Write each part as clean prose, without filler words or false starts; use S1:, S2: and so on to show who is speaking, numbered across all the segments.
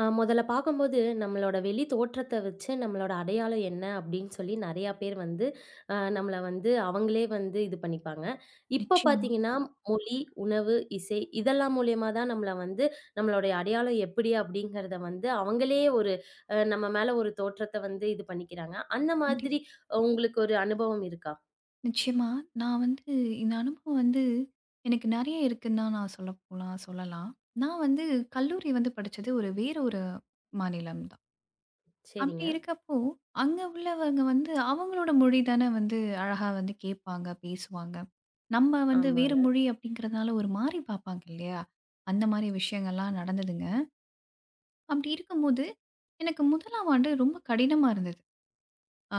S1: முதல்ல பார்க்கும்போது, நம்மளோட வெளி தோற்றத்த வச்சு நம்மளோட அடையாளம் என்ன அப்படின்னு சொல்லி நெறையா பேர் வந்து நம்மள வந்து அவங்களே வந்து இது பண்ணிப்பாங்க. இப்ப
S2: நிச்சயமா.
S1: பார்த்தீங்கன்னா, மொழி, உணவு, இசை இதெல்லாம் மூலியமா தான் நம்மள வந்து நம்மளுடைய அடையாளம் எப்படி அப்படிங்கிறத வந்து அவங்களே ஒரு நம்ம மேல ஒரு தோற்றத்த வந்து இது பண்ணிக்கிறாங்க. அந்த
S2: கண்டிப்
S1: மாதிரி உங்களுக்கு ஒரு அனுபவம் இருக்கா?
S2: நிச்சயமா. நான் வந்து இந்த அனுபவம் வந்து எனக்கு நெறைய இருக்குன்னு தான் நான் சொல்லலாம். நான் வந்து கல்லூரி வந்து படிச்சது ஒரு வேற ஒரு மாநிலம் தான். அப்படி
S1: சரிங்க.
S2: இருக்கப்போ, அங்க உள்ளவங்க வந்து அவங்களோட மொழி தானே வந்து அழகா வந்து கேட்பாங்க, பேசுவாங்க. நம்ம வந்து வேற
S1: ஆமாங்க,
S2: மொழி அப்படிங்கிறதுனால ஒரு மாரி பார்ப்பாங்க இல்லையா? அந்த மாரி விஷயங்கள்லாம் நடந்ததுங்க. அப்படி இருக்கும்போது, எனக்கு 1ஆம் ஆண்டு ரொம்ப கடினமா இருந்தது. ஆ,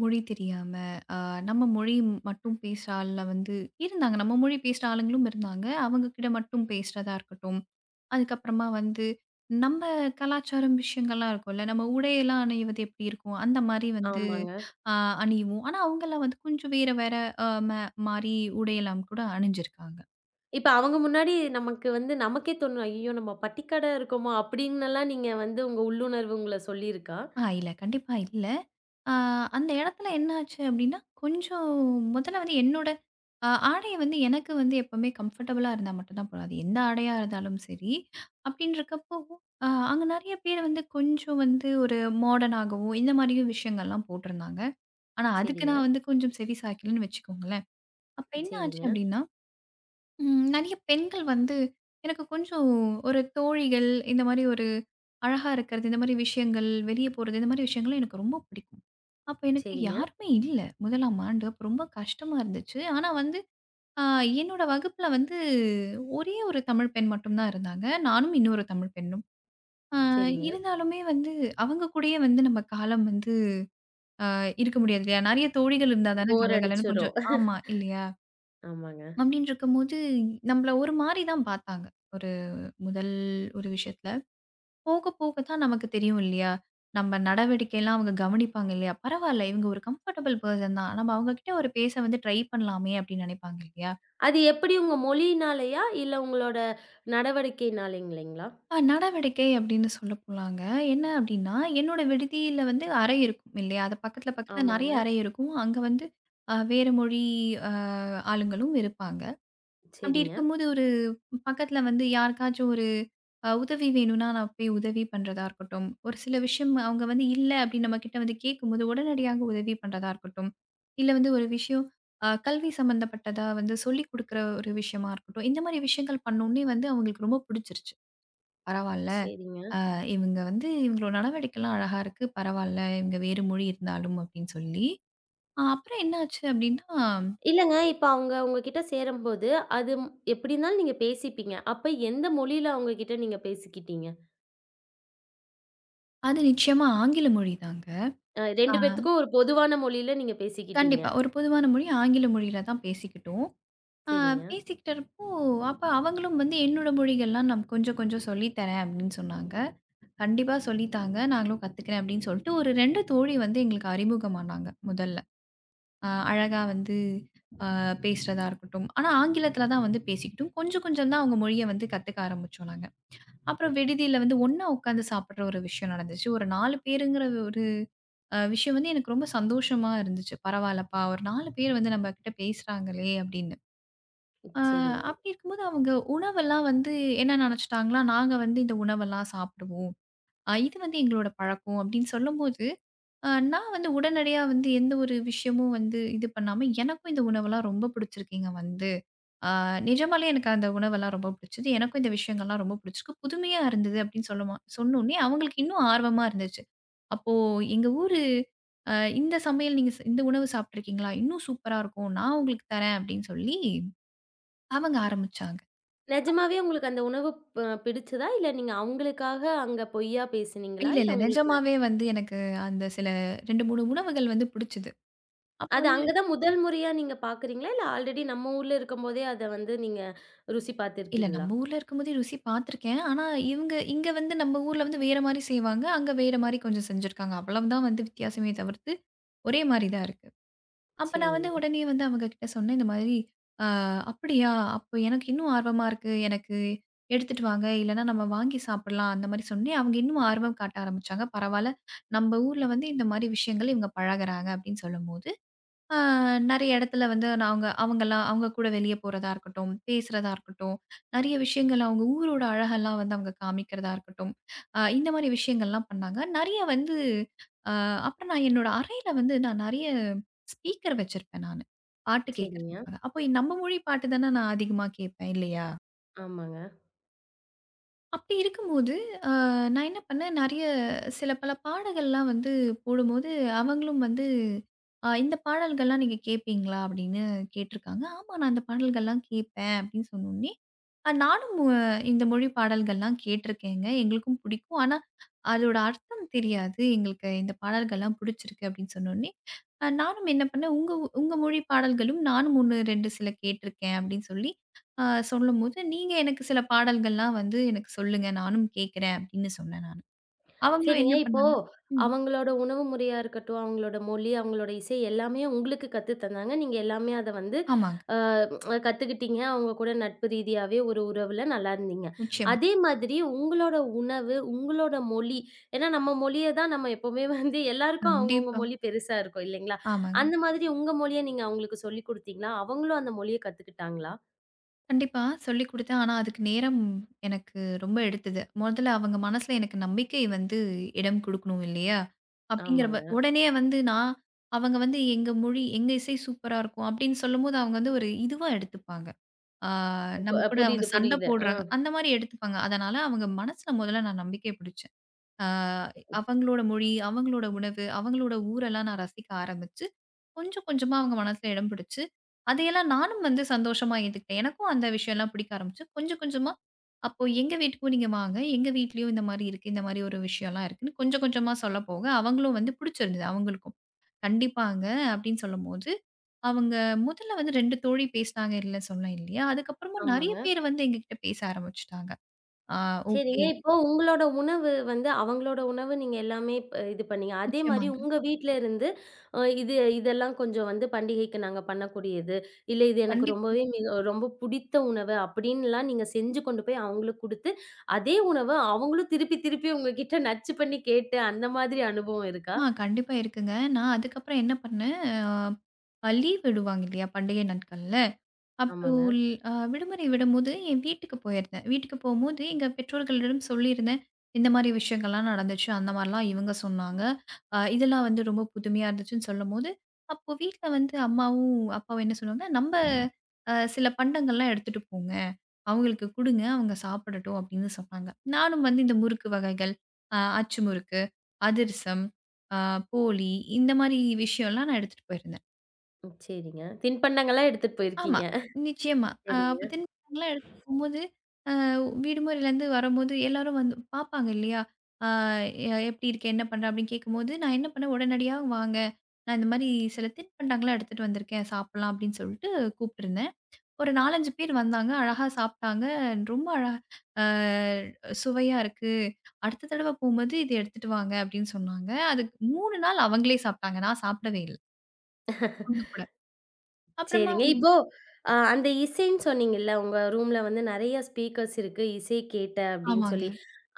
S2: மொழி தெரியாம, அ நம்ம மொழி மட்டும் பேசுற ஆள்ல வந்து இருந்தாங்க. நம்ம மொழி பேசுற ஆளுங்களும் இருந்தாங்க. அவங்க கிட்ட மட்டும் பேசுறதா இருக்கட்டும். அதுக்கப்புறமா வந்து நம்ம கலாச்சாரம் விஷயங்கள்லாம் இருக்கும்ல. நம்ம உடையெல்லாம் அணிவது எப்படி இருக்கும்? அந்த மாரி வந்து
S1: ஆமாங்க.
S2: அ அணிவோம். ஆனா, அவங்கலாம் வந்து கொஞ்சம் வேற வேற அ ம மாரி உடையெல்லாம் கூட அணிஞ்சிருக்காங்க.
S1: இப்ப அவங்க முன்னாடி நமக்கு வந்து நமக்கே தோணும், "ஐயய்யோ! நம்ம பட்டிக்காடா இருக்கோமா?" அப்டின்னுலாம் நீங்க வந்து உங்க உள்ளுணர்வு உங்கள சொல்லியிருக்கா?
S2: இல்ல. கண்டிப்பா இல்ல. அ அந்த இடத்துல என்ன ஆச்சு அப்டின்னா, கொஞ்சம் முதல்ல வந்து என்னோட ஆடை வந்து எனக்கு வந்து எப்பவுமே கம்ஃபர்டபுளா இருந்தா மட்டும் தான் போதும். அது எந்த ஆடையா இருந்தாலும் சரி. அப்டின்றக்கப்போ, அங்க நெறைய பேர் வந்து கொஞ்சம் வந்து ஒரு மாடர்னாகவோ இந்த மாரியும் விஷயங்கள்லாம் போட்டிருந்தாங்க. ஆனா அதுக்கு
S1: சரிங்க,
S2: நான் வந்து கொஞ்சம் செவி சாய்க்கலன்னு வச்சுக்கோங்களேன். அப்ப என்ன ஆச்சு
S1: சரிங்க,
S2: அப்டின்னா நெறைய பெண்கள் வந்து எனக்கு கொஞ்சம் ஒரு தோழிகள், இந்த மாரி ஒரு அழகா இருக்கிறது, இந்த மாரி விஷயங்கள், வெளிய போறது, இந்த மாரி விஷயங்கள்லாம் எனக்கு ரொம்ப பிடிக்கும். அப்ப எனக்கு
S1: சரிங்க,
S2: யாருமே இல்ல. முதலாம் ஆண்டு. அப்ப ரொம்ப கஷ்டமா இருந்துச்சு. ஆனா வந்து அ என்னோட வகுப்புல வந்து ஒரே ஒரு தமிழ் பெண் மட்டும் தான் இருந்தாங்க. நானும் இன்னொரு தமிழ் பெண்ணும். அ
S1: சரிங்க.
S2: இருந்தாலுமே வந்து அவங்க கூடயே வந்து நம்ம காலம் வந்து இருக்க முடியாது இல்லையா? நெறைய தோழிகள் இருந்தா தானே
S1: போர்
S2: கலகலன்னு
S1: அடிச்சுரும்.
S2: கொஞ்சம் ஆமா இல்லையா?
S1: ஆமாங்க.
S2: அப்டின்னு இருக்கும்போது, நம்மள ஒரு மாரி தான் பார்த்தாங்க. முதல் ஒரு விஷயத்துல. போக போக தான் நமக்கு தெரியும் இல்லையா? நம்ம நடவடிக்கைலாம் அவங்க கவனிப்பாங்க இல்லையா? பரவால்ல இவங்க ஒரு கம்ஃபர்டபிள் பெர்சன் தான். நம்ம அவங்க கிட்ட ஒரு பேச வந்து ட்ரை பண்ணலாமே அப்படின்னு நினைப்பாங்க இல்லையா?
S1: அது எப்படி உங்க மொழியினாலயா? இல்ல உங்களோட நடவடிக்கைனாலைங்களா?
S2: நடவடிக்கை அப்படின்னு சொல்ல போலாங்க. என்ன அப்படின்னா, என்னோட விடுதியில வந்து அறை இருக்கும் இல்லையா? அது பக்கத்துல பக்கத்துல
S1: ஆமாங்க.
S2: நெறைய அறை இருக்கும். அங்க வந்து வேற மொழி அ ஆளுங்களும் இருப்பாங்க. அப்படி
S1: சரிங்க,
S2: இருக்கும்போது ஒரு பக்கத்துல வந்து யாருக்காச்சும் ஒரு உதவி வேணும்னா, நான் போய் உதவி பண்றதா இருக்கட்டும். ஒரு சில விஷயம் அவங்க வந்து இல்ல அப்படின்னு நம்மகிட்ட வந்து கேட்கும்போது, உடனடியாக உதவி பண்றதா இருக்கட்டும். இல்ல வந்து ஒரு விஷயம் கல்வி சம்மந்தப்பட்டதா வந்து சொல்லிக் குடுக்குற ஒரு விஷயமா இருக்கட்டும். இந்த மாரி விஷயங்கள் பண்ணோனே வந்து அவங்களுக்கு ரொம்ப புடிச்சிருச்சு. பரவால்ல,
S1: சரிங்க.
S2: இவங்க வந்து இவங்களோட நடவடிக்கைலாம் அழகா இருக்கு. பரவால்ல, இவங்க வேறு மொழி இருந்தாலும் அப்படின்னு சொல்லி. அப்புறம் என்னாச்சு அப்படின்னா,
S1: இல்லங்க இப்ப அவங்க உங்ககிட்ட சேரும்போது, அது எப்டி இருந்தாலும் நீங்க பேசிப்பீங்க. அப்ப எந்த மொழியில அவங்க கிட்ட நீங்க பேசிக்கிட்டீங்க?
S2: அது நிச்சயமா ஆங்கில மொழி தாங்க. அ.
S1: 2 பேத்துக்கும் ஒரு பொதுவான மொழியில நீங்க பேசிக்கிட்டீங்க.
S2: கண்டிப்பா. ஒரு பொதுவான மொழி ஆங்கில மொழியில தான் பேசிக்கிட்டோம். ஆ
S1: சரிங்க,
S2: பேசிக்கிட்டப்போ, அப்ப அவங்களும் வந்து என்னோட மொழிகள்லாம் நான் கொஞ்சம் கொஞ்சம் சொல்லி தரேன் அப்படின்னு சொன்னாங்க. கண்டிப்பா சொல்லித்தாங்க. நாங்களும் கத்துக்கிறேன் அப்படின்னு சொல்லிட்டு ஒரு 2 தோழி வந்து எங்களுக்கு அறிமுகமானாங்க முதல்ல. அழகா வந்து பேசுறதா இருக்கட்டும். ஆனா ஆங்கிலத்தில தான் வந்து பேசிக்கிட்டோம். கொஞ்சம் கொஞ்சம் தான் அவங்க மொழிய வந்து கத்துக்க ஆரம்பிச்சோம் நாங்க. அப்புறம் விடுதியில வந்து ஒண்ணா உட்காந்து சாப்பிடுற ஒரு விஷயம் நடந்துச்சு. ஒரு 4 பேருங்கிற ஒரு விஷயம் வந்து எனக்கு ரொம்ப சந்தோஷமா இருந்துச்சு. பரவால்லப்பா! ஒரு 4 பேர் வந்து நம்ம கிட்ட பேசுறாங்களே அப்படின்னு. அ
S1: சரிங்க.
S2: அப்படி இருக்கும்போது அவங்க உணவெல்லாம் வந்து என்ன நெனச்சுட்டாங்கன்னா, நாங்க வந்து இந்த உணவெல்லாம் சாப்பிடுவோம். இது வந்து எங்களோட பழக்கம் அப்படின்னு சொல்லும்போது, நான் வந்து உடனடியா வந்து எந்த ஒரு விஷயமும் வந்து இது பண்ணாம, எனக்கும் இந்த உணவெல்லாம் ரொம்ப பிடிச்சிருக்குங்க வந்து. அ நிஜமாலே எனக்கு அந்த உணவெல்லாம் ரொம்ப பிடிச்சது. எனக்கும் இந்த விஷயங்கள்லாம் ரொம்ப பிடிச்சிருக்கு. புதுமையா இருந்தது அப்படின்னு சொல்லுமா சொன்னோனே, அவங்களுக்கு இன்னும் ஆர்வமா இருந்துச்சு. அப்போ எங்க ஊரு அ இந்த சமையல் நீங்க இந்த உணவு சாப்பிட்டுருக்கீங்களா? இன்னும் சூப்பரா இருக்கும். நான் உங்களுக்கு தரேன் அப்படின்னு சொல்லி அவங்க ஆரம்பிச்சாங்க.
S1: நிஜமாவே உங்களுக்கு அந்த உணவு ப பிடிச்சதா? இல்ல நீங்க அவங்களுக்காக அங்க பொய்யா பேசினீங்களா?
S2: இல்ல,
S1: இல்ல
S2: இல்ல.
S1: உங்களுக்கு
S2: நிஜமாவே வந்து எனக்கு அந்த சில 2, 3 உணவுகள் வந்து பிடிச்சது. அப்ப
S1: அது
S2: வந்து
S1: அங்க தான் முதல் முறையா நீங்க பார்க்குறீங்களா? இல்ல ஆல்ரெடி நம்ம ஊர்ல இருக்கும்போதே அத வந்து நீங்க ருசி
S2: இல்ல
S1: பார்த்துருக்கீங்களா?
S2: நம்ம ஊர்ல இருக்கும்போதே ருசி பார்த்துருக்கேன். ஆனா, இவங்க இங்க வந்து நம்ம ஊர்ல வந்து வேற மாரி செய்வாங்க. அங்க வேற மாரி கொஞ்சம் செஞ்சிருக்காங்க. அவ்வளவுதான் வந்து வித்தியாசமே தவிர்த்து, ஒரே மாரி தான் இருக்கு. அப்ப நான் வந்து
S1: சரிங்க,
S2: உடனே வந்து அவங்க கிட்ட சொன்னேன் இந்த மாதிரி, அப்படியா? அப்ப எனக்கு இன்னும் ஆர்வமா இருக்கு. எனக்கு எடுத்துட்டு வாங்க. இல்லன்னா நம்ம வாங்கி சாப்பிடலாம்." அந்த மாரி சொன்னேன். அவங்க இன்னும் ஆர்வம் காட்ட ஆரம்பிச்சாங்க. பரவால்ல, நம்ம ஊர்ல வந்து இந்த மாரி விஷயங்கள் இவங்க பழகுறாங்க அப்படின்னு சொல்லும்போது ஆ நெறைய இடத்துல வந்து நாங்க அவங்கலாம் அவங்க கூட வெளிய போறதா இருக்கட்டும், பேசுறதா இருக்கட்டும், நெறைய விஷயங்கள் அவங்க ஊரோட அழகெல்லாம் வந்து அவங்க காமிக்கிறதா இருக்கட்டும், இந்த மாரி விஷயங்கள்லாம் பண்ணாங்க. நெறைய வந்து அ அப்புறம் நான் என்னோட அறையில வந்து நான் நெறைய ஸ்பீக்கர் வச்சிருப்பேன் நானு. பாட்டு
S1: சரிங்க.
S2: கேட்கறதுக்காக. அப்போ நம்ம மொழி பாட்டு தானே நான் அதிகமா கேட்பேன் இல்லையா?
S1: ஆமாங்க.
S2: அப்படி இருக்கும்போது, அ நான் என்ன பண்ணேன், நெறைய சில பல பாடல்கள்லாம் வந்து போடும்போது, அவங்களும் வந்து "இந்த பாடல்கள்லாம் நீங்க கேட்பீங்களா?" அப்படின்னு கேட்டிருக்காங்க. "ஆமா, நான் இந்த பாடல்கள்லாம் கேட்பேன்." அப்படின்னு சொன்னோனே, அ நானும் அ இந்த மொழி பாடல்கள்லாம் கேட்டிருக்கேங்க. எங்களுக்கும் பிடிக்கும். ஆனா, அதோட அர்த்தம் தெரியாது. எங்களுக்கு இந்த பாடல்கள்லாம் பிடிச்சிருக்கு அப்படின்னு சொன்னோனே, நானும் என்ன பண்ணேன், "உங்க உங்க மொழி பாடல்களும் நானும் 1, 2 சில கேட்டிருக்கேன்." அப்படின்னு சொல்லி ஆ சொல்லும்போது, "நீங்க எனக்கு சில பாடல்கள்லாம் வந்து எனக்கு சொல்லுங்க. நானும் கேட்கிறேன்." அப்படின்னு சொன்னேன் நானு. அவங்களும்
S1: சரிங்க.
S2: என்ன
S1: இப்போ
S2: பண்ணாங்க. ம்.
S1: அவங்களோட உணவு முறையா இருக்கட்டும், அவங்களோட மொழி, அவங்களோட இசை எல்லாமே உங்களுக்கு கத்து தந்தாங்க. நீங்க எல்லாமே அத வந்து
S2: ஆமாங்க.
S1: அ கத்துக்கிட்டீங்க. அவங்க கூட நட்பு ரீதியாவே ஒரு உறவுல நல்லா இருந்தீங்க.
S2: நிச்சயமா.
S1: அதே மாதிரி உங்களோட உணவு, உங்களோட மொழி ஏன்னா நம்ம மொழிய தான் நம்ம எப்பவுமே வந்து எல்லாருக்கும் அவங்கவங்க
S2: கண்டிப்பா.
S1: மொழி பெருசா இருக்கும் இல்லைங்களா?
S2: ஆமாங்க.
S1: அந்த மாதிரி உங்க மொழிய நீங்க அவங்களுக்கு சொல்லிக் குடுத்தீங்களா? அவங்களும் அந்த மொழிய கத்துக்கிட்டாங்களா?
S2: கண்டிப்பா சொல்லிக் குடுத்தேன். ஆனா அதுக்கு நேரம் எனக்கு ரொம்ப எடுத்தது. மொதல்ல அவங்க மனசுல எனக்கு நம்பிக்கை வந்து இடம் குடுக்கணும் இல்லையா? அப்படிங்கிற
S1: ஆமாங்க.
S2: உடனே வந்து நான் அவங்க வந்து எங்க மொழி, எங்க இசை சூப்பரா இருக்கும் அப்படின்னு சொல்லும்போது, அவங்க வந்து ஒரு இதுவா எடுத்துப்பாங்க. ஆ நம்ம கூட அவங்க
S1: புரியுது,
S2: சண்டை
S1: புரியுது. ஆ,
S2: போடுறாங்க. அந்த மாரி எடுத்துப்பாங்க. அதனால அவங்க மனசுல மொதல்ல நான் நம்பிக்கை பிடிச்சேன். ஆ அவங்களோட மொழி, அவங்களோட உணவு, அவங்களோட ஊரெல்லாம் நான் ரசிக்க ஆரம்பிச்சு, கொஞ்சம் கொஞ்சமா அவங்க மனசுல இடம் பிடிச்சு, அதையெல்லாம் நானும் வந்து சந்தோஷமா ஏத்துக்கிட்டேன். எனக்கும் அந்த விஷயம்லாம் பிடிக்க ஆரம்பிச்சு, கொஞ்சம் கொஞ்சமா, "அப்போ எங்க வீட்டுக்கும் நீங்க வாங்க. எங்க வீட்லயும் இந்த மாரி இருக்கு. இந்த மாரி ஒரு விஷயம்லாம் இருக்குன்னு" கொஞ்சம் கொஞ்சமா சொல்லப்போக, அவங்களும் வந்து பிடிச்சிருந்தது அவங்களுக்கும். "கண்டிப்பாங்க" அப்படின்னு சொல்லும்போது, அவங்க முதல்ல வந்து 2 தோழி பேசினாங்க இல்ல சொன்னேன் இல்லையா? அதுக்கப்புறமா நெறைய
S1: ஆமாங்க.
S2: பேர் வந்து எங்ககிட்ட பேச ஆரம்பிச்சுட்டாங்க. ஆ,
S1: சரிங்க.
S2: "ஓகே.
S1: இப்போ உங்களோட உணவு வந்து அவங்களோட உணவு நீங்க எல்லாமே இது பண்ணீங்க. அதே மாரி
S2: நிச்சயமாங்க.
S1: உங்க வீட்ல இருந்து இது இதெல்லாம் கொஞ்சம் வந்து பண்டிகைக்கு நாங்க பண்ணக்கூடியது. இல்ல இது எனக்கு
S2: கண்டிப்பா."
S1: ரொம்பவே மிக ரொம்ப புடித்த உணவு அப்டின்லாம் நீங்க செஞ்சு கொண்டு போய் அவங்களுக்கு குடுத்து, அதே உணவ அவங்களும் திருப்பி திருப்பி உங்ககிட்ட நச்சு பண்ணி கேட்டு அந்த மாதிரி அனுபவம் இருக்கா?
S2: கண்டிப்பா இருக்குங்க. நான் அதுக்கப்புறம் என்ன பண்ணேன், லீவ் விடுவாங்க இல்லையா? பண்டிகை நாட்கள்ல. அப்புறம்
S1: ஆமாங்க.
S2: விடுமுறை விடும்போது என் வீட்டுக்கு போயிருந்தேன். வீட்டுக்கு போம்போது எங்க பெற்றோர்களிடம் சொல்லியிருந்தேன். இந்த மாரி விஷயங்கள்லாம் நடந்துச்சு. அந்த மாரிலாம் இவங்க சொன்னாங்க. இதெல்லாம் வந்து ரொம்ப புதுமையா இருந்துச்சுன்னு சொல்லும்போது, அப்போ வீட்ல வந்து அம்மாவும், அப்பாவும் என்ன சொன்னாங்க, "நம்ப அ சில பண்டங்கள்லாம் எடுத்துட்டு போங்க. அவங்களுக்கு குடுங்க. அவங்க சாப்பிடட்டும் அப்படின்னு சொன்னாங்க. நானும் வந்து இந்த முறுக்கு வகைகள், அச்சு முறுக்கு, அதிரசம், அ போலி இந்த மாரி விஷயம்லாம் நான் எடுத்துட்டு போயிருந்தேன்.
S1: ம். சரிங்க. தின்பண்டங்கள்லாம் எடுத்துட்டு
S2: ஆமா,
S1: போயிருக்கீங்க.
S2: நிச்சயமா. அப்ப
S1: சரிங்க.
S2: தின்பண்டங்கள்லாம் எடுத்துட்டு போம்போது, அ விடுமுறையிலேருந்து வரும்போது எல்லாரும் வந்து பார்ப்பாங்க இல்லையா? அ "எப்படி இருக்க? என்ன பண்ற?" அப்படின்னு கேட்கும்போது, நான் என்ன பண்ணேன், உடனடியா "வாங்க, நான் இந்த மாரி சில தின்பண்டங்கள்லாம் எடுத்துட்டு வந்திருக்கேன். சாப்பிடலாம்." அப்படின்னு சொல்லிட்டு கூப்பிட்டுருந்தேன். ஒரு 4, 5 பேர் வந்தாங்க. அழகா சாப்ட்டாங்க. ரொம்ப அழகா அ சுவையா இருக்கு. அடுத்த தடவ போம்போது இத எடுத்துட்டு வாங்க அப்டின்னு சொன்னாங்க. அதுக்கு 3 நாள் அவங்களே சாப்ட்டாங்க. நான் சாப்பிடவே இல்ல. ஒண்ணு கூட. அப்புறமா
S1: சரிங்க. இப்போ அந்த இசைன்னு சொன்னீங்கல்ல, உங்க ரூம்ல வந்து நெறைய ஸ்பீக்கர்ஸ் இருக்கு. இசை கேட்ட அப்படின்னு
S2: ஆமாங்க.
S1: சொல்லி.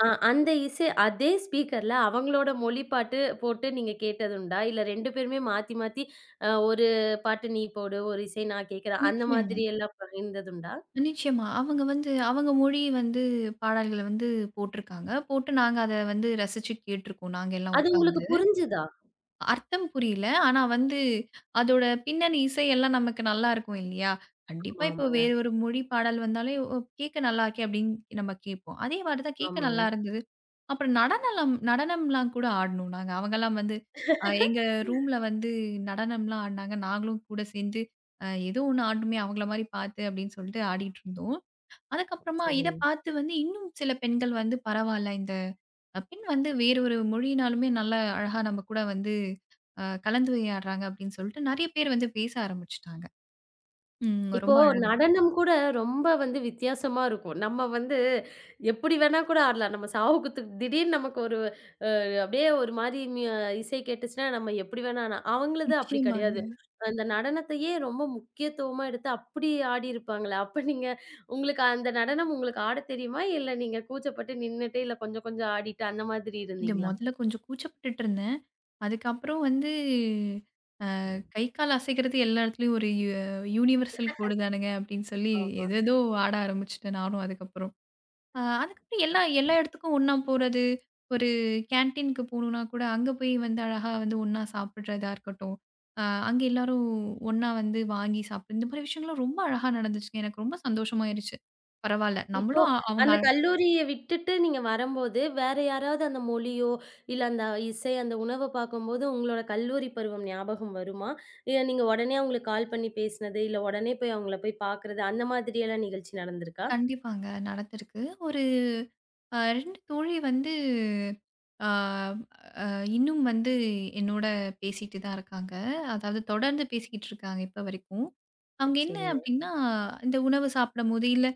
S1: அந்த இசை அதே ஸ்பீக்கர்ல அவங்களோட மொழி பாட்டு போட்டு நீங்க கேட்டதுண்டா? இல்ல 2 பேருமே மாத்தி மாத்தி ஒரு பாட்டு நீ போடு, ஒரு இசை நான் கேட்கிறேன். அந்த
S2: நிச்சயமா,
S1: மாதிரி எல்லாம் பகிர்ந்ததுண்டா?
S2: நிச்சயமா. அவங்க வந்து அவங்க மொழி வந்து பாடல்கள வந்து போட்டிருக்காங்க. போட்டு நாங்க அத வந்து ரசிச்சு கேட்டுருக்கோம். நாங்க எல்லாம்
S1: அது உங்களுக்கு
S2: உட்காந்து.
S1: புரிஞ்சுதா?
S2: அர்த்தம் புரியல. ஆனா வந்து, அதோட பின்னணி இசை எல்லாம் நமக்கு நல்லா இருக்கும் இல்லையா?
S1: ஆமா,
S2: கண்டிப்பா இப்போ
S1: ஆமாங்க.
S2: வேற ஒரு மொழி பாடல் வந்தாலே, "ஓ! கேட்க நல்லா இருக்கே" அப்படின்னு நம்ம கேட்போம். அதே மாரி தான் கேட்க
S1: ஆமாங்க.
S2: நல்லா இருந்தது. அப்புறம் நடனலாம் நடனம்லாம் கூட ஆடுனோம் நாங்க. அவங்கலாம் வந்து எங்க ரூம்ல வந்து நடனம்லாம் ஆடுனாங்க. நாங்களும் கூட சேர்ந்து, "ஏதோ ஒண்ணு ஆடணுமே அவங்கள மாரி பார்த்து" அப்படின்னு சொல்லிட்டு ஆடிட்டு இருந்தோம். அதுக்கப்புறமா இத
S1: சரிங்க.
S2: பார்த்து வந்து இன்னும் சில பெண்கள் வந்து, "பரவால்ல இந்த" பின் வந்து வேறு ஒரு மொழியினாலுமே நல்லா அழகா நம்ம கூட வந்து கலந்துரையாடுறாங்க அப்படின்னு சொல்லிட்டு நெறைய பேர் வந்து பேச ஆரம்பிச்சுட்டாங்க. ம்
S1: இப்போ
S2: ரொம்ப அழகா.
S1: நடனம் கூட ரொம்ப வந்து வித்தியாசமா இருக்கும். நம்ம வந்து எப்படி வேணா கூட ஆடலாம். நம்ம சாவுகூத்துக்கு திடீர்னு நமக்கு ஒரு அப்படியே ஒரு மாரி இசை கேட்டுச்சுன்னா நம்ம எப்படி வேணா ஆனா அவங்களது அப்படி ம்.
S2: நிச்சயமாங்க.
S1: கிடையாது. அந்த நடனத்தையே ரொம்ப முக்கியத்துவமா எடுத்து அப்படி ஆடியிருப்பாங்களே! அப்ப நீங்க உங்களுக்கு அந்த நடனம் உங்களுக்கு ஆடத் தெரியுமா? இல்ல நீங்க கூச்சப்பட்டு நின்னுட்டு, இல்ல கொஞ்சம் கொஞ்சம் ஆடிட்டு அந்த மாதிரி
S2: இது
S1: இருந்தீங்களா?
S2: மொதல்ல கொஞ்சம் கூச்சப்பட்டுட்டு இருந்தேன். அதுக்கப்புறம் வந்து கை, கால் அசைக்கிறது எல்லா இடத்துலயும் ஒரு யூனிவர்சல் கோடு தானுங்க அப்படின்னு சொல்லி
S1: ஆமா.
S2: எதேதோ ஆட ஆரம்பிச்சுட்டேன் நானும் அதுக்கப்புறம். அதுக்கப்புறம் எல்லா எல்லா இடத்துக்கும் ஒண்ணா போறது. ஒரு கேன்டீன்க்கு போணும்னா கூட, அங்க போய் வந்து அழகா வந்து ஒண்ணா சாப்பிடுறதா இருக்கட்டும். அ அங்க எல்லாரும் ஒண்ணா வந்து வாங்கி சாப்பிடு இந்த மாரி விஷயங்கள்லாம் ரொம்ப அழகா நடந்துச்சுங்க. எனக்கு ரொம்ப சந்தோஷமாயிருச்சு. பரவால்ல.
S1: இப்போ
S2: நம்மளும் அ அவங்க
S1: அந்த
S2: அ-
S1: கல்லூரிய விட்டுட்டு நீங்க வரம்போது, வேற யாராவது அந்த மொழியோ, இல்ல அந்த இசை, அந்த உணவ பார்க்கும்போது உங்களோட கல்லூரி பருவம் ஞாபகம் வருமா? இல்ல நீங்க உடனே அவங்களுக்கு கால் பண்ணி பேசினது, இல்ல உடனே போய் அவங்கள போய் பார்க்கிறது, அந்த மாதிரியெல்லாம் நிகழ்ச்சி நடந்திருக்கா?
S2: கண்டிப்பாங்க நடந்திருக்கு. ஒரு 2 தோழி வந்து, அ இன்னும் வந்து என்னோட பேசிட்டு தான் இருக்காங்க. அதாவது தொடர்ந்து பேசிக்கிட்டு இருக்காங்க இப்ப வரைக்கும். அவங்க என்ன
S1: சரிங்க.
S2: அப்டின்னா, இந்த உணவு சாப்பிடும்போது, இல்ல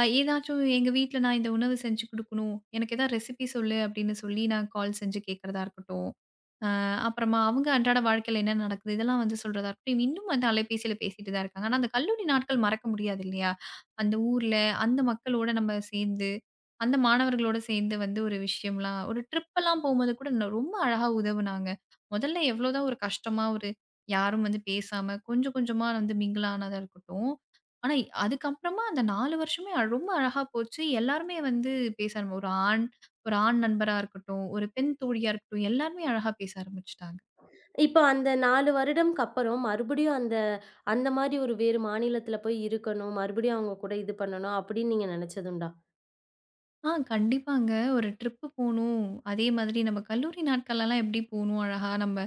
S2: ஏதாச்சும் எங்க வீட்ல நான் இந்த உணவு செஞ்சு குடுக்கணும். எனக்கு ஏதாவது ரெசிபி சொல்லு அப்டின்னு சொல்லி நான் கால் செஞ்சு கேட்கறதா இருக்கட்டும். அ அப்புறமா அவங்க அன்றாட வாழ்க்கையில என்ன நடக்குது, இதெல்லாம் வந்து சொல்றதா இருக்கட்டும். இன்னும் வந்து அலைபேசியில பேசிட்டு தான் இருக்காங்க. ஆனா, அந்த கல்லூரி நாட்கள் மறக்க முடியாது இல்லையா? அந்த ஊர்ல, அந்த மக்களோட நம்ம சேர்ந்து, அந்த மாணவர்களோட சேர்ந்து வந்து ஒரு விஷயம்லாம் ஒரு ட்ரிப்பெல்லாம் போம்போது கூட ரொம்ப அழகா உதவுனாங்க. முதல்ல எவ்வளோதான் ஒரு கஷ்டமா ஒரு யாரும் வந்து பேசாம கொஞ்சம் கொஞ்சமா வந்து மிங்கிள் ஆனதா இருக்கட்டும். ஆனா, அதுக்கப்புறமா அந்த 4 வருஷமே ரொம்ப அழகா போச்சு. எல்லாருமே வந்து பேச ஆரம்பி ஒரு ஆண் ஒரு ஆண் நண்பரா இருக்கட்டும், ஒரு பெண் தோழியா இருக்கட்டும் எல்லாருமே அழகா பேச ஆரம்பிச்சுட்டாங்க.
S1: இப்போ அந்த 4 வருடம்க்கு அப்புறம் மறுபடியும் அந்த அந்த மாரி ஒரு வேறு மாநிலத்தில போய் இருக்கணும், மறுபடியும் அவங்க கூட இது பண்ணணும் அப்படின்னு நீங்க நினைச்சதுண்டா?
S2: கண்டிப்பாங்க. ஒரு ட்ரிப்பு போணும். அதே மாதிரி நம்ம கல்லூரி நாட்கள்லலாம் எப்படி போணும் அழகா நம்ம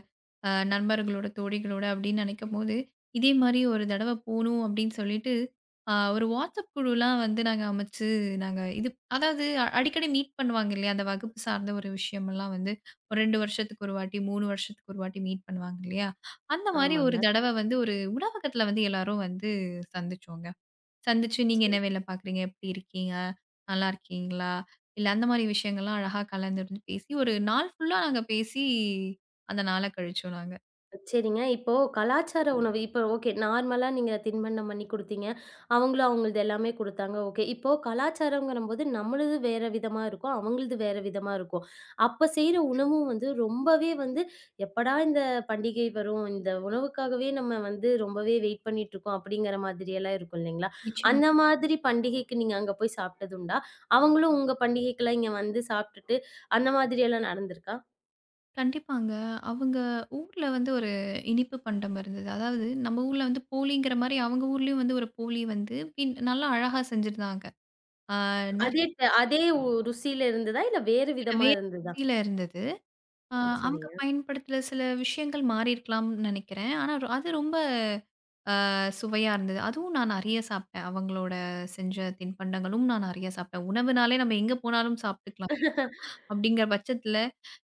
S2: நண்பர்களோட, தோழிகளோட அப்படின்னு நெனைக்கும்போது, இதே மாரி ஒரு தடவ போணும் அப்படின்னு சொல்லிட்டு, ஒரு வாட்ஸ்அப் குழுலாம் வந்து நாங்க அமைச்சு, நாங்க இது அதாவது அடிக்கடி மீட் பண்ணுவாங்க இல்லையா? அந்த வகுப்பு சார்ந்த ஒரு விஷயமெல்லாம் வந்து ஒரு 2 வருஷத்துக்கு ஒரு வாட்டி, 3 வருஷத்துக்கு ஒரு வாட்டி மீட் பண்ணுவாங்க இல்லையா? அந்த மாரி ஒரு
S1: ஆமாங்க.
S2: தடவ வந்து ஒரு உணவகத்துல வந்து எல்லாரும் வந்து சந்திச்சோங்க. சந்திச்சு நீங்க என்ன வேலை பார்க்குறீங்க? எப்படி இருக்கீங்க? நல்லா இருக்கீங்களா? இல்ல அந்த மாரி விஷயங்கள்லாம் அழகா கலந்துருந்து பேசி, ஒரு நாள் ஃபுல்லா நாங்க பேசி, அந்த நாள கழிச்சோம் நாங்க.
S1: சரிங்க. இப்போ கலாச்சார ம். உணவு இப்போ ஓகே. நார்மலா நீங்க தின்பண்டம் பண்ணி குடுத்தீங்க. அவங்களும் அவங்களது எல்லாமே குடுத்தாங்க. ஓகே. இப்போ கலாச்சாரம்ங்கிறம்போது நம்மளது வேற விதமா இருக்கும். அவங்களது வேற விதமா இருக்கும். அப்ப செய்ற உணவும் வந்து ரொம்பவே வந்து எப்படா இந்த பண்டிகை வரும்? இந்த உணவுக்காகவே நம்ம வந்து ரொம்பவே வெயிட் பண்ணிட்டுருக்கோம். அப்படிங்கிற மாதிரியெல்லாம் இருக்கும் இல்லைங்களா?
S2: நிச்சயமா.
S1: அந்த மாதிரி பண்டிகைக்கு நீங்க அங்க போய் சாப்ட்டதுண்டா? அவங்களும் உங்க பண்டிகைக்கெல்லாம் இங்க வந்து சாப்ட்டுட்டு அந்த மாதிரியெல்லாம் நடந்திருக்கா?
S2: கண்டிப்பாங்க. அவங்க ஊர்ல வந்து ஒரு இனிப்பு பண்டம் இருந்தது. அதாவது நம்ம ஊர்ல வந்து போலிங்கிற மாரி அவங்க ஊர்லயும் வந்து ஒரு போலி வந்து பின் நல்லா அழகா செஞ்சிருந்தாங்க. ஆ நெறைய
S1: அதே ருசியில இருந்ததா? இல்ல வேறு
S2: வேற
S1: விதமா இருந்ததா?
S2: ருசியில இருந்தது. ஆ அவங்க
S1: சரிங்க.
S2: பயன்படுத்துற சில விஷயங்கள் மாறியிருக்கலாம்னு நெனைக்கிறேன். ஆனா அது ரொம்ப சுவையா இருந்தது. அதுவும் நான் நெறைய சாப்பிட்டேன். அவங்களோட செஞ்ச தின்பண்டங்களும் நான் நெறைய சாப்பிட்டேன். உணவுனாலே நம்ம எங்க போனாலும் சாப்பிட்டுக்கலாம். அப்படிங்கிற பட்சத்துல,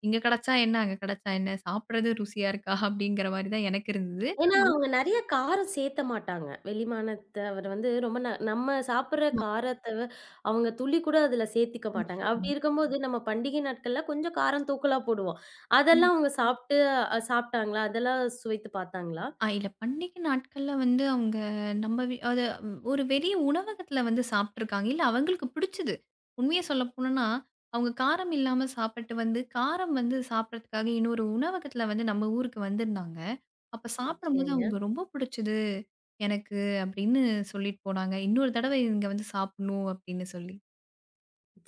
S2: இங்க கிடைச்சா என்ன? அங்க கிடைச்சா என்ன? சாப்பிடுறது ருசியா இருக்கா? அப்படிங்கிற மாரி தான் எனக்கு இருந்தது.
S1: ஏன்னா,
S2: நான்
S1: அவங்க நெறைய காரம் சேத்த மாட்டாங்க. வெளிமாநிலத்தவர் வந்து ரொம்ப நம்ம சாப்பிடுற
S2: நல்லா.
S1: காரத்த அவங்க துளி கூட அதுல சேர்த்துக்க மாட்டாங்க.
S2: நிச்சயமா.
S1: அப்படி இருக்கும்போது நம்ம பண்டிகை நாட்கள்ல கொஞ்சம் காரம் தூக்கலா போடுவோம். அதெல்லாம் அவங்க சாப்ட்டு சாப்ட்டாங்களா? அதெல்லாம் சுவைத்து பார்த்தாங்களா?
S2: இல்ல பண்டிகை நாட்கள்ல வந்து அவங்க நம்ம வீ அது ம், ஒரு வெளிய உணவகத்துல வந்து சாப்ட்டுருக்காங்க. இல்ல அவங்களுக்கு பிடிச்சது. உண்மைய சொல்ல போணும்னா, அவங்க காரம் இல்லாம சாப்பிட்டு வந்து, காரம் வந்து சாப்பிடுறதுக்காக இன்னொரு உணவகத்துல வந்து நம்ம ஊருக்கு வந்திருந்தாங்க. அப்ப சாப்பிடும்போது
S1: சரிங்க.
S2: அவங்க ரொம்ப பிடிச்சது எனக்கு அப்படின்னு சொல்லிட்டு போனாங்க. இன்னொரு தடவை இங்க வந்து சாப்பிடணும் அப்படின்னு சொல்லி.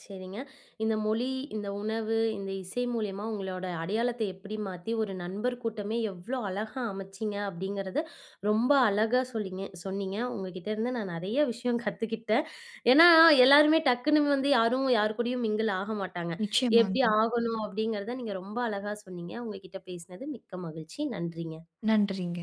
S1: சரிங்க. இந்த மொழி, இந்த உணவு, இந்த இசை மூலியமா உங்களோட அடையாளத்த எப்படி மாத்தி, ஒரு நண்பர் கூட்டமே எவ்ளோ அழகா அமைச்சீங்க அப்படிங்கிறத ரொம்ப அழகா சொல்லீங்க சொன்னீங்க. உங்ககிட்ட இருந்து நான் நெறைய விஷயம் கத்துக்கிட்டேன். ஏன்னா, எல்லாருமே டக்குன்னு வந்து யாரும் யார் கூடயும் மிங்கிள் ஆக மாட்டாங்க. எப்படி
S2: நிச்சயமாங்க.
S1: ஆகணும் அப்படிங்கிறத நீங்க ரொம்ப அழகா சொன்னீங்க. உங்ககிட்ட பேசினது மிக்க மகிழ்ச்சி. நன்றிங்க.
S2: நன்றிங்க.